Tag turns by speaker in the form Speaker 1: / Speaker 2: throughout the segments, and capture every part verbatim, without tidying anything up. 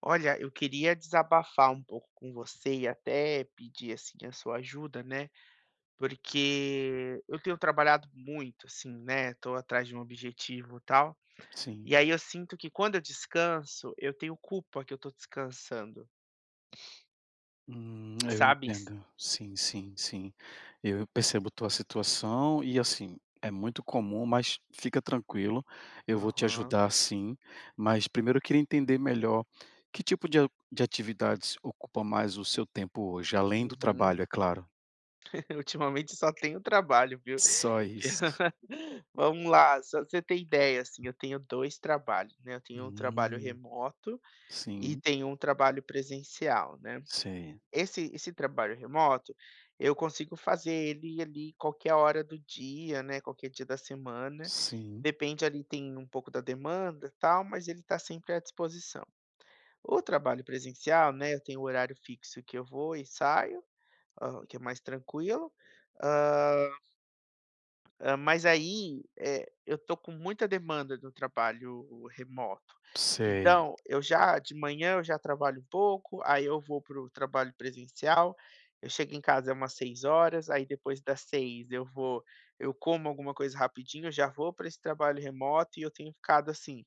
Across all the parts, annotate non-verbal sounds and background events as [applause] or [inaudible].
Speaker 1: Olha, eu queria desabafar um pouco com você e até pedir assim a sua ajuda, né? Porque eu tenho trabalhado muito, assim, né? Tô atrás de um objetivo e tal.
Speaker 2: Sim.
Speaker 1: E aí eu sinto que quando eu descanso, eu tenho culpa que eu tô descansando,
Speaker 2: Hum, eu
Speaker 1: sabe?
Speaker 2: entendo. Sim, sim, sim. Eu percebo tua situação e, assim, é muito comum, mas fica tranquilo, eu vou te
Speaker 1: Aham.
Speaker 2: ajudar sim. Mas primeiro eu queria entender melhor que tipo de a de atividades ocupa mais o seu tempo hoje, além do
Speaker 1: Uhum.
Speaker 2: trabalho, é claro?
Speaker 1: [laughs] Ultimamente só tenho trabalho, viu?
Speaker 2: Só isso.
Speaker 1: [laughs] Vamos lá, só pra você ter ideia, assim, eu tenho dois trabalhos, né? Eu tenho um trabalho
Speaker 2: Hum,
Speaker 1: remoto e
Speaker 2: sim,
Speaker 1: tenho um trabalho presencial, né?
Speaker 2: sei.
Speaker 1: Esse esse trabalho remoto, eu consigo fazer ele ali qualquer hora do dia, né, qualquer dia da semana,
Speaker 2: Sim,
Speaker 1: depende ali tem um pouco da demanda, e tal, mas ele está sempre à disposição. O trabalho presencial, né, eu tenho o horário fixo que eu vou e saio, hã, que é mais tranquilo. ah, Hã, mas aí, eh, eu tô com muita demanda do trabalho remoto.
Speaker 2: sei.
Speaker 1: Então, eu já de manhã eu já trabalho um pouco, aí eu vou para o trabalho presencial, eu chego em casa é umas seis horas, aí depois das seis eu vou eu como alguma coisa rapidinho, eu já vou para esse trabalho remoto e eu tenho ficado assim,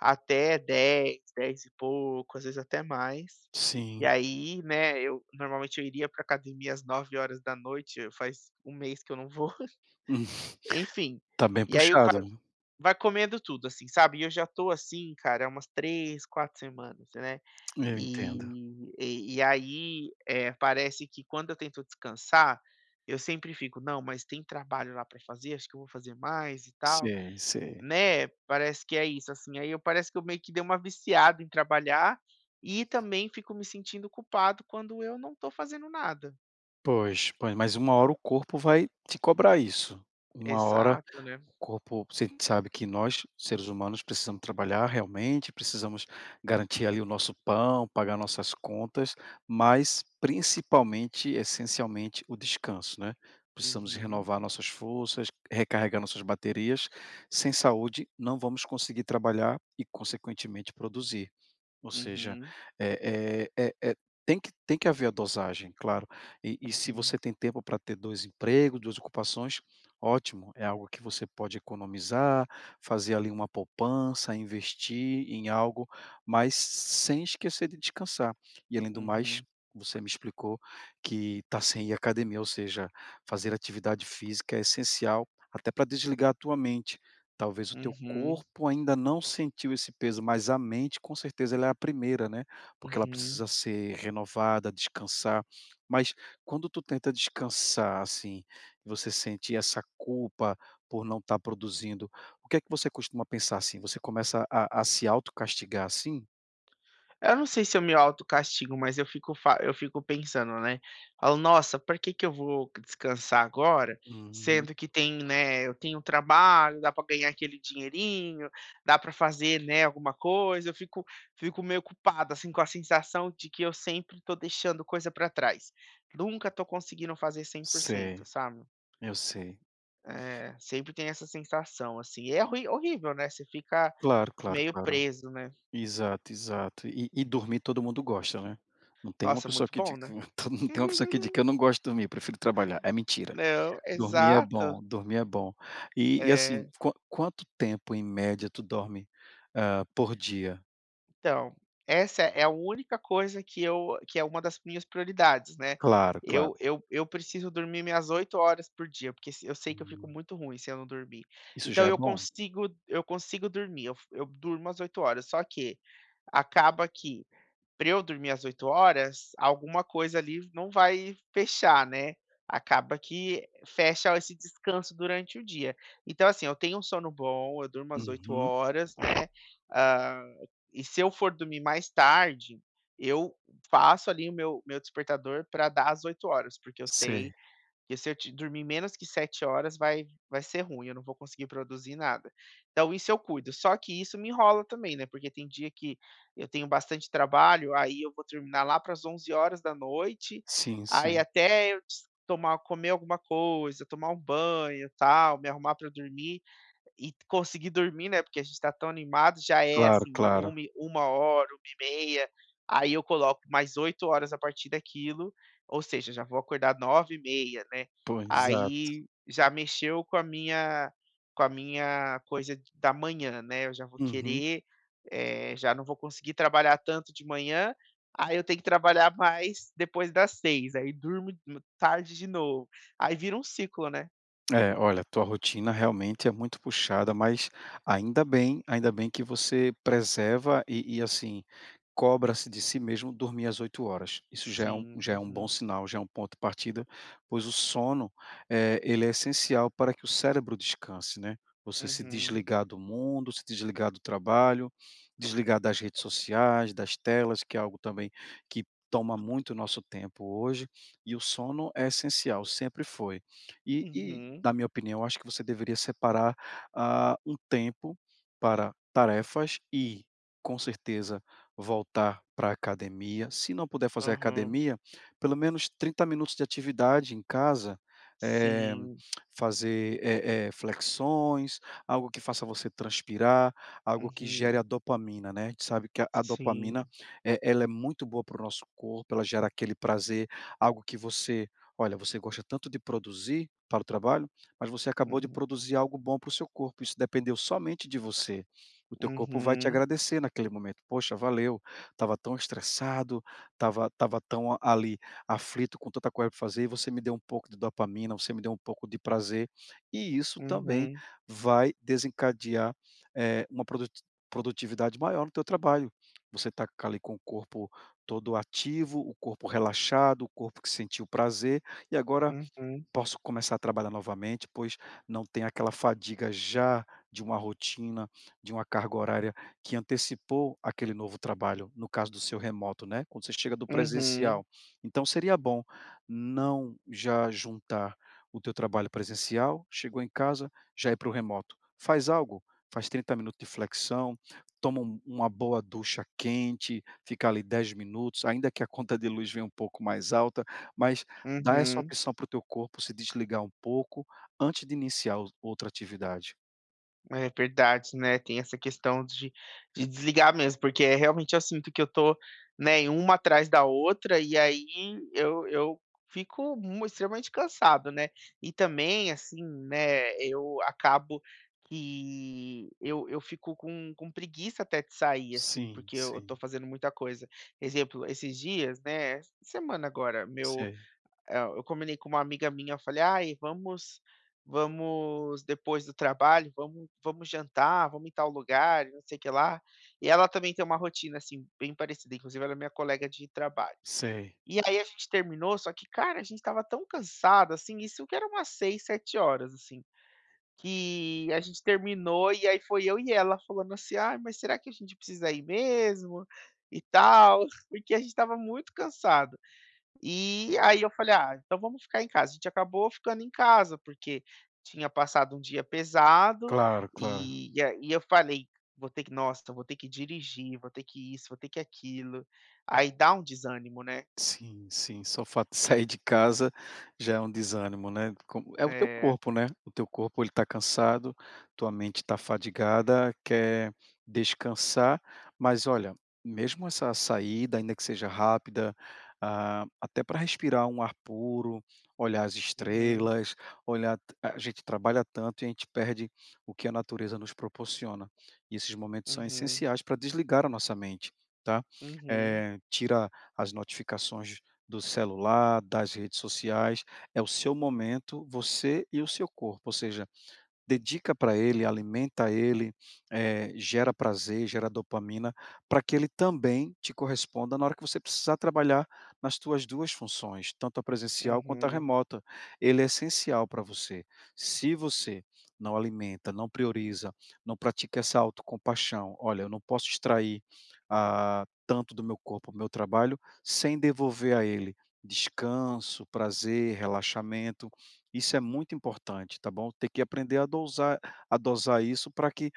Speaker 1: até dez, dez e pouco, às vezes até mais. E
Speaker 2: Sim.
Speaker 1: aí, né, eu normalmente eu iria para academia às nove horas da noite. Faz um mês que eu não vou.
Speaker 2: Hum. [laughs]
Speaker 1: Enfim,
Speaker 2: Tá bem
Speaker 1: e aí
Speaker 2: puxado.
Speaker 1: vai vai comendo tudo, assim, sabe. E eu já estou assim, cara, há umas três quatro semanas, né.
Speaker 2: Eu entendo.
Speaker 1: E e e aí, eh, parece que quando eu tento descansar, eu sempre fico: "Não, mas tem trabalho lá pra fazer, acho que eu vou fazer mais e tal",
Speaker 2: Sei, sei.
Speaker 1: né. Parece que é isso, assim. Aí eu parece que eu meio que dei uma viciada em trabalhar e também fico me sentindo culpado quando eu não estou fazendo nada.
Speaker 2: Pois, pois, mas uma hora o corpo vai te cobrar isso. Uma hora
Speaker 1: Exato, né.
Speaker 2: o corpo, você sabe que nós, seres humanos, precisamos trabalhar realmente, precisamos garantir ali o nosso pão, pagar nossas contas, mas principalmente, essencialmente, o descanso, né. Precisamos
Speaker 1: Uhum,
Speaker 2: renovar nossas forças, recarregar nossas baterias. Sem saúde, não vamos conseguir trabalhar e, consequentemente, produzir. Ou seja,
Speaker 1: uhum,
Speaker 2: eh eh eh eh, tem que tem que haver a dosagem, claro. E e se
Speaker 1: uhum,
Speaker 2: você tem tempo para ter dois empregos, duas ocupações, ótimo, é algo que você pode economizar, fazer ali uma poupança, investir em algo, mas sem esquecer de descansar. E além do mais,
Speaker 1: uhum.
Speaker 2: você me explicou que tá sem ir à academia, ou seja, fazer atividade física é essencial até para desligar a tua mente. Talvez o teu
Speaker 1: Uhum,
Speaker 2: corpo ainda não sentiu esse peso, mas a mente com certeza ela é a primeira, né, porque ela
Speaker 1: uhum.
Speaker 2: precisa ser renovada, descansar. Mas quando tu tenta descansar, assim, e você sente essa culpa por não estar produzindo, o que é que você costuma pensar, assim? Você começa a a se autocastigar, assim?
Speaker 1: Eu não sei se eu me autocastigo, mas eu fico fa eu fico pensando, né, falo: "Nossa, por que que eu vou descansar agora,
Speaker 2: Uhum.
Speaker 1: sendo que tem, né, eu tenho trabalho, dá para ganhar aquele dinheirinho, dá para fazer, né, alguma coisa". Eu fico fico meio culpado, assim, com a sensação de que eu sempre tô deixando coisa para trás. Nunca tô conseguindo fazer cem por cento,
Speaker 2: Sei,
Speaker 1: sabe.
Speaker 2: eu sei.
Speaker 1: É, sempre tem essa sensação, assim, é horri horrível, né, você fica
Speaker 2: Claro, claro,
Speaker 1: meio
Speaker 2: claro.
Speaker 1: preso, né.
Speaker 2: Exato, exato. E e dormir todo mundo gosta, né. Não tem uma
Speaker 1: Nossa,
Speaker 2: pessoa
Speaker 1: muito
Speaker 2: que
Speaker 1: bom,
Speaker 2: diga,
Speaker 1: né.
Speaker 2: [laughs] todo- não
Speaker 1: [laughs]
Speaker 2: tem uma pessoa que diga que "Eu não gosto de dormir, eu prefiro trabalhar". É mentira.
Speaker 1: Não,
Speaker 2: Dormir é
Speaker 1: exato.
Speaker 2: bom, dormir é bom. E e assim,
Speaker 1: É,
Speaker 2: qua quanto tempo em média tu dorme, hã, por dia?
Speaker 1: então, essa é a única coisa que eu que é uma das minhas prioridades, né.
Speaker 2: Claro, claro.
Speaker 1: Eu eu eu preciso dormir minhas oito horas por dia, porque se eu sei que eu fico
Speaker 2: Hum,
Speaker 1: muito ruim se eu não dormir.
Speaker 2: isso já
Speaker 1: Então
Speaker 2: é
Speaker 1: eu
Speaker 2: bom.
Speaker 1: consigo eu consigo dormir, eu eu durmo as oito horas, só que acaba que pra eu dormir às oito horas, alguma coisa ali não vai fechar, né. Acaba que fecha esse descanso durante o dia. Então, assim, eu tenho um sono bom, eu durmo às oito
Speaker 2: Uhum.
Speaker 1: horas, né, hã, e se eu for dormir mais tarde, eu faço ali o meu meu despertador para dar às 8 horas, porque eu
Speaker 2: Sei.
Speaker 1: sei porque se eu ti dormir menos que sete horas vai vai ser ruim, eu não vou conseguir produzir nada. Então isso eu cuido, só que isso me enrola também, né, porque tem dia que eu tenho bastante trabalho, aí eu vou terminar lá para as onze horas da noite,
Speaker 2: Sim,
Speaker 1: aí
Speaker 2: sim.
Speaker 1: até eu des tomar comer alguma coisa, tomar um banho, tal, me arrumar para dormir e conseguir dormir, né, porque a gente tá tão animado, já é
Speaker 2: Claro,
Speaker 1: assim,
Speaker 2: claro.
Speaker 1: uma h uma hora, uma h trinta, aí eu coloco mais oito horas a partir daquilo, ou seja, já vou acordar nove e meia, né.
Speaker 2: Pois, exato.
Speaker 1: Aí já mexeu com a minha com a minha coisa de- da manhã, né, eu já vou
Speaker 2: Uhum.
Speaker 1: querer, eh, já não vou conseguir trabalhar tanto de manhã, aí eu tenho que trabalhar mais depois das seis aí durmo tarde de novo. Aí vira um ciclo, né.
Speaker 2: É, olha, tua rotina realmente é muito puxada, mas ainda bem, ainda bem que você preserva e, e, assim, cobra-se de si mesmo dormir às oito horas. Isso já é um,
Speaker 1: Sim,
Speaker 2: já é um bom
Speaker 1: uhum,
Speaker 2: sinal, já é um ponto de partida, pois o sono, eh, ele é essencial para que o cérebro descanse, né? Você se
Speaker 1: uhum.
Speaker 2: desligar do mundo, se desligar do trabalho, desligar das redes sociais, das telas, que é algo também que toma muito nosso tempo hoje, e o sono é essencial, sempre foi. E e,
Speaker 1: Uhum,
Speaker 2: na minha opinião, acho que você deveria separar, ah, um tempo para tarefas e, com certeza, voltar para a academia. Se não puder fazer
Speaker 1: aham.
Speaker 2: academia, pelo menos trinta minutos de atividade em casa, eh,
Speaker 1: Sim.
Speaker 2: fazer, eh eh, flexões, algo que faça você transpirar, algo que gere a
Speaker 1: Uhum.
Speaker 2: dopamina, né. A gente sabe que a a dopamina,
Speaker 1: Sim.
Speaker 2: eh, ela é muito boa para o nosso corpo, ela gera aquele prazer, algo que você... Olha, você gosta tanto de produzir para o trabalho, mas você acabou de
Speaker 1: Uhum.
Speaker 2: produzir algo bom para o seu corpo. Isso dependeu somente de você. O teu corpo vai te
Speaker 1: Uhum.
Speaker 2: agradecer naquele momento. Poxa, valeu. Estava tão estressado, estava tava tava tão a- ali aflito com tanta coisa para fazer e você me deu um pouco de dopamina, você me deu um pouco de prazer. E isso também
Speaker 1: Uhum.
Speaker 2: vai desencadear, eh, uma produti- produtividade maior no teu trabalho. Você está ali com o corpo todo ativo, o corpo relaxado, o corpo que sentiu prazer e agora
Speaker 1: Uhum.
Speaker 2: posso começar a trabalhar novamente, pois não tem aquela fadiga já de uma rotina, de uma carga horária que antecipou aquele novo trabalho, no caso do seu remoto, né, quando você chega do
Speaker 1: Uhum.
Speaker 2: presencial. Então seria bom não já juntar o teu trabalho presencial, chegou em casa, já ir para o remoto. Faz algo, faz trinta minutos de flexão, toma um- uma boa ducha quente, fica ali dez minutos, ainda que a conta de luz venha um pouco mais alta, mas... Dá essa
Speaker 1: Uhum.
Speaker 2: opção para o teu corpo se desligar um pouco antes de iniciar o outra atividade.
Speaker 1: É verdade, né, tem essa questão de de desligar mesmo, porque, eh, realmente eu sinto que eu tô, né, em uma atrás da outra, e aí eu eu fico mu extremamente cansado, né. E também, assim, né, eu acabo que eu eu fico com com preguiça até de sair, assim,
Speaker 2: Sim,
Speaker 1: porque eu
Speaker 2: sim.
Speaker 1: tô fazendo muita coisa. Exemplo, esses dias, né, essa semana agora, meu
Speaker 2: Sei,
Speaker 1: eh, eu combinei com uma amiga minha, eu falei: "Ai, vamos vamos depois do trabalho, vamos vamos jantar, vamos em tal lugar não sei o que lá". E ela também tem uma rotina, assim, bem parecida, inclusive ela é minha colega de trabalho.
Speaker 2: sei.
Speaker 1: E aí a gente terminou, só que, cara, a gente estava tão cansado, assim, isso que era umas seis sete horas assim, que a gente terminou e aí foi eu e ela falando assim: "Ai, mas será que a gente precisa ir mesmo?" E tal, [laughs] porque a gente estava muito cansado. E aí eu falei: "Ah, então vamos ficar em casa". A gente acabou ficando em casa, porque tinha passado um dia pesado,
Speaker 2: Claro, claro.
Speaker 1: e e aí eu falei: "Vou ter que, nossa, vou ter que dirigir, vou ter que isso, vou ter que aquilo". Aí dá um desânimo, né.
Speaker 2: Sim, sim, só o fato de [laughs] sair de casa já é um desânimo, né, como é o teu
Speaker 1: É.
Speaker 2: corpo, né, o teu corpo ele está cansado, tua mente está fadigada, quer descansar, mas olha, mesmo essa saída, ainda que seja rápida, ah, até para respirar um ar puro, olhar as
Speaker 1: Uhum,
Speaker 2: estrelas, olhar... A gente trabalha tanto e a gente perde o que a natureza nos proporciona, e esses momentos são
Speaker 1: uhum,
Speaker 2: essenciais para desligar a nossa mente, tá,
Speaker 1: uhum,
Speaker 2: eh, tira as notificações do celular, das redes sociais, é o seu momento, você e o seu corpo, ou seja, dedica para ele, alimenta ele, eh, gera prazer, gera dopamina, para que ele também te corresponda na hora que você precisar trabalhar nas tuas duas funções, tanto a presencial quanto a
Speaker 1: uhum,
Speaker 2: remota. Ele é essencial para você. Se você não alimenta, não prioriza, não pratica essa autocompaixão, "Olha, eu não posso extrair, ah, tanto do meu corpo, do meu trabalho, sem devolver a ele descanso, prazer, relaxamento", isso é muito importante, tá bom? Ter que aprender a dosar a dosar isso para que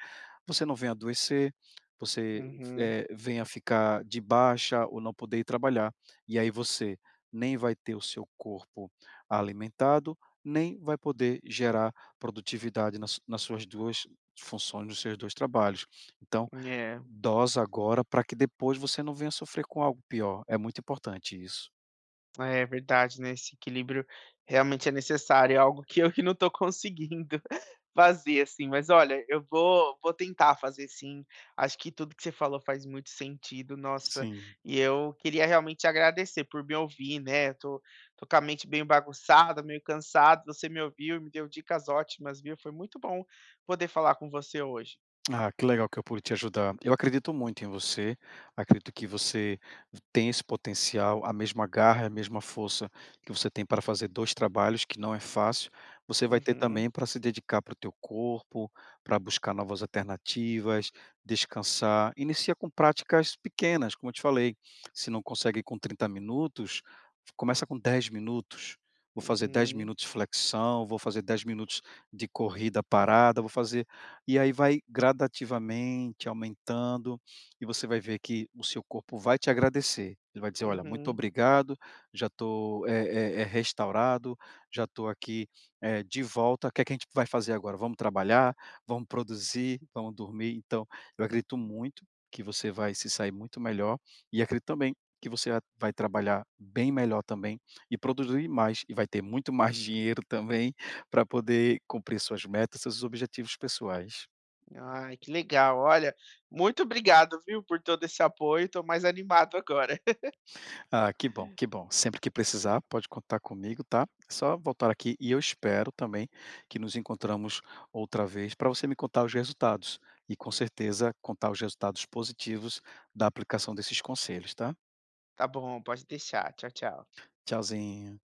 Speaker 2: você não venha adoecer, você,
Speaker 1: uhum,
Speaker 2: eh, venha ficar de baixa ou não poder ir trabalhar. E aí você nem vai ter o seu corpo alimentado, nem vai poder gerar produtividade nas nas suas duas funções, nos seus dois trabalhos. Então,
Speaker 1: é.
Speaker 2: dosa agora para que depois você não venha sofrer com algo pior. É muito importante isso.
Speaker 1: É verdade, né, esse equilíbrio realmente é necessário, é algo que eu que não estou conseguindo [laughs] fazer, assim. Mas olha, eu vou vou tentar fazer sim, acho que tudo que você falou faz muito sentido, nossa,
Speaker 2: Sim.
Speaker 1: e eu queria realmente agradecer por me ouvir, né. Eu tô Tô com a mente bem bagunçada, meio cansado, você me ouviu e me deu dicas ótimas, viu. Foi muito bom poder falar com você hoje.
Speaker 2: Ah, que legal que eu pude te ajudar. Eu acredito muito em você, acredito que você tem esse potencial, a mesma garra, a mesma força que você tem para fazer dois trabalhos, que não é fácil, você vai ter
Speaker 1: Uhum,
Speaker 2: também para se dedicar para o teu corpo, para buscar novas alternativas, descansar. Inicia com práticas pequenas, como eu te falei, se não consegue com trinta minutos, começa com dez minutos. Vou fazer dez
Speaker 1: uhum,
Speaker 2: minutos de flexão, vou fazer dez minutos de corrida parada, vou fazer e aí vai gradativamente aumentando, e você vai ver que o seu corpo vai te agradecer. Ele vai dizer: "Olha, muito
Speaker 1: uhum.
Speaker 2: obrigado, já estou, eh eh eh, restaurado, já estou aqui, eh, de volta. O que é que a gente vai fazer agora? Vamos trabalhar, vamos produzir, vamos dormir". Então, eu acredito muito que você vai se sair muito melhor, e acredito também que você a vai trabalhar bem melhor também, e produzir mais, e vai ter muito mais dinheiro também, para poder cumprir suas metas, seus objetivos pessoais.
Speaker 1: Ai, que legal. Olha, muito obrigado, viu, por todo esse apoio. Tô mais animado agora. [laughs]
Speaker 2: Ah, que bom, que bom. Sempre que precisar, pode contar comigo, tá? É só voltar aqui e eu espero também que nos encontramos outra vez para você me contar os resultados e, com certeza, contar os resultados positivos da aplicação desses conselhos, tá?
Speaker 1: Tá bom, pode deixar. Tchau, tchau.
Speaker 2: Tchauzinho.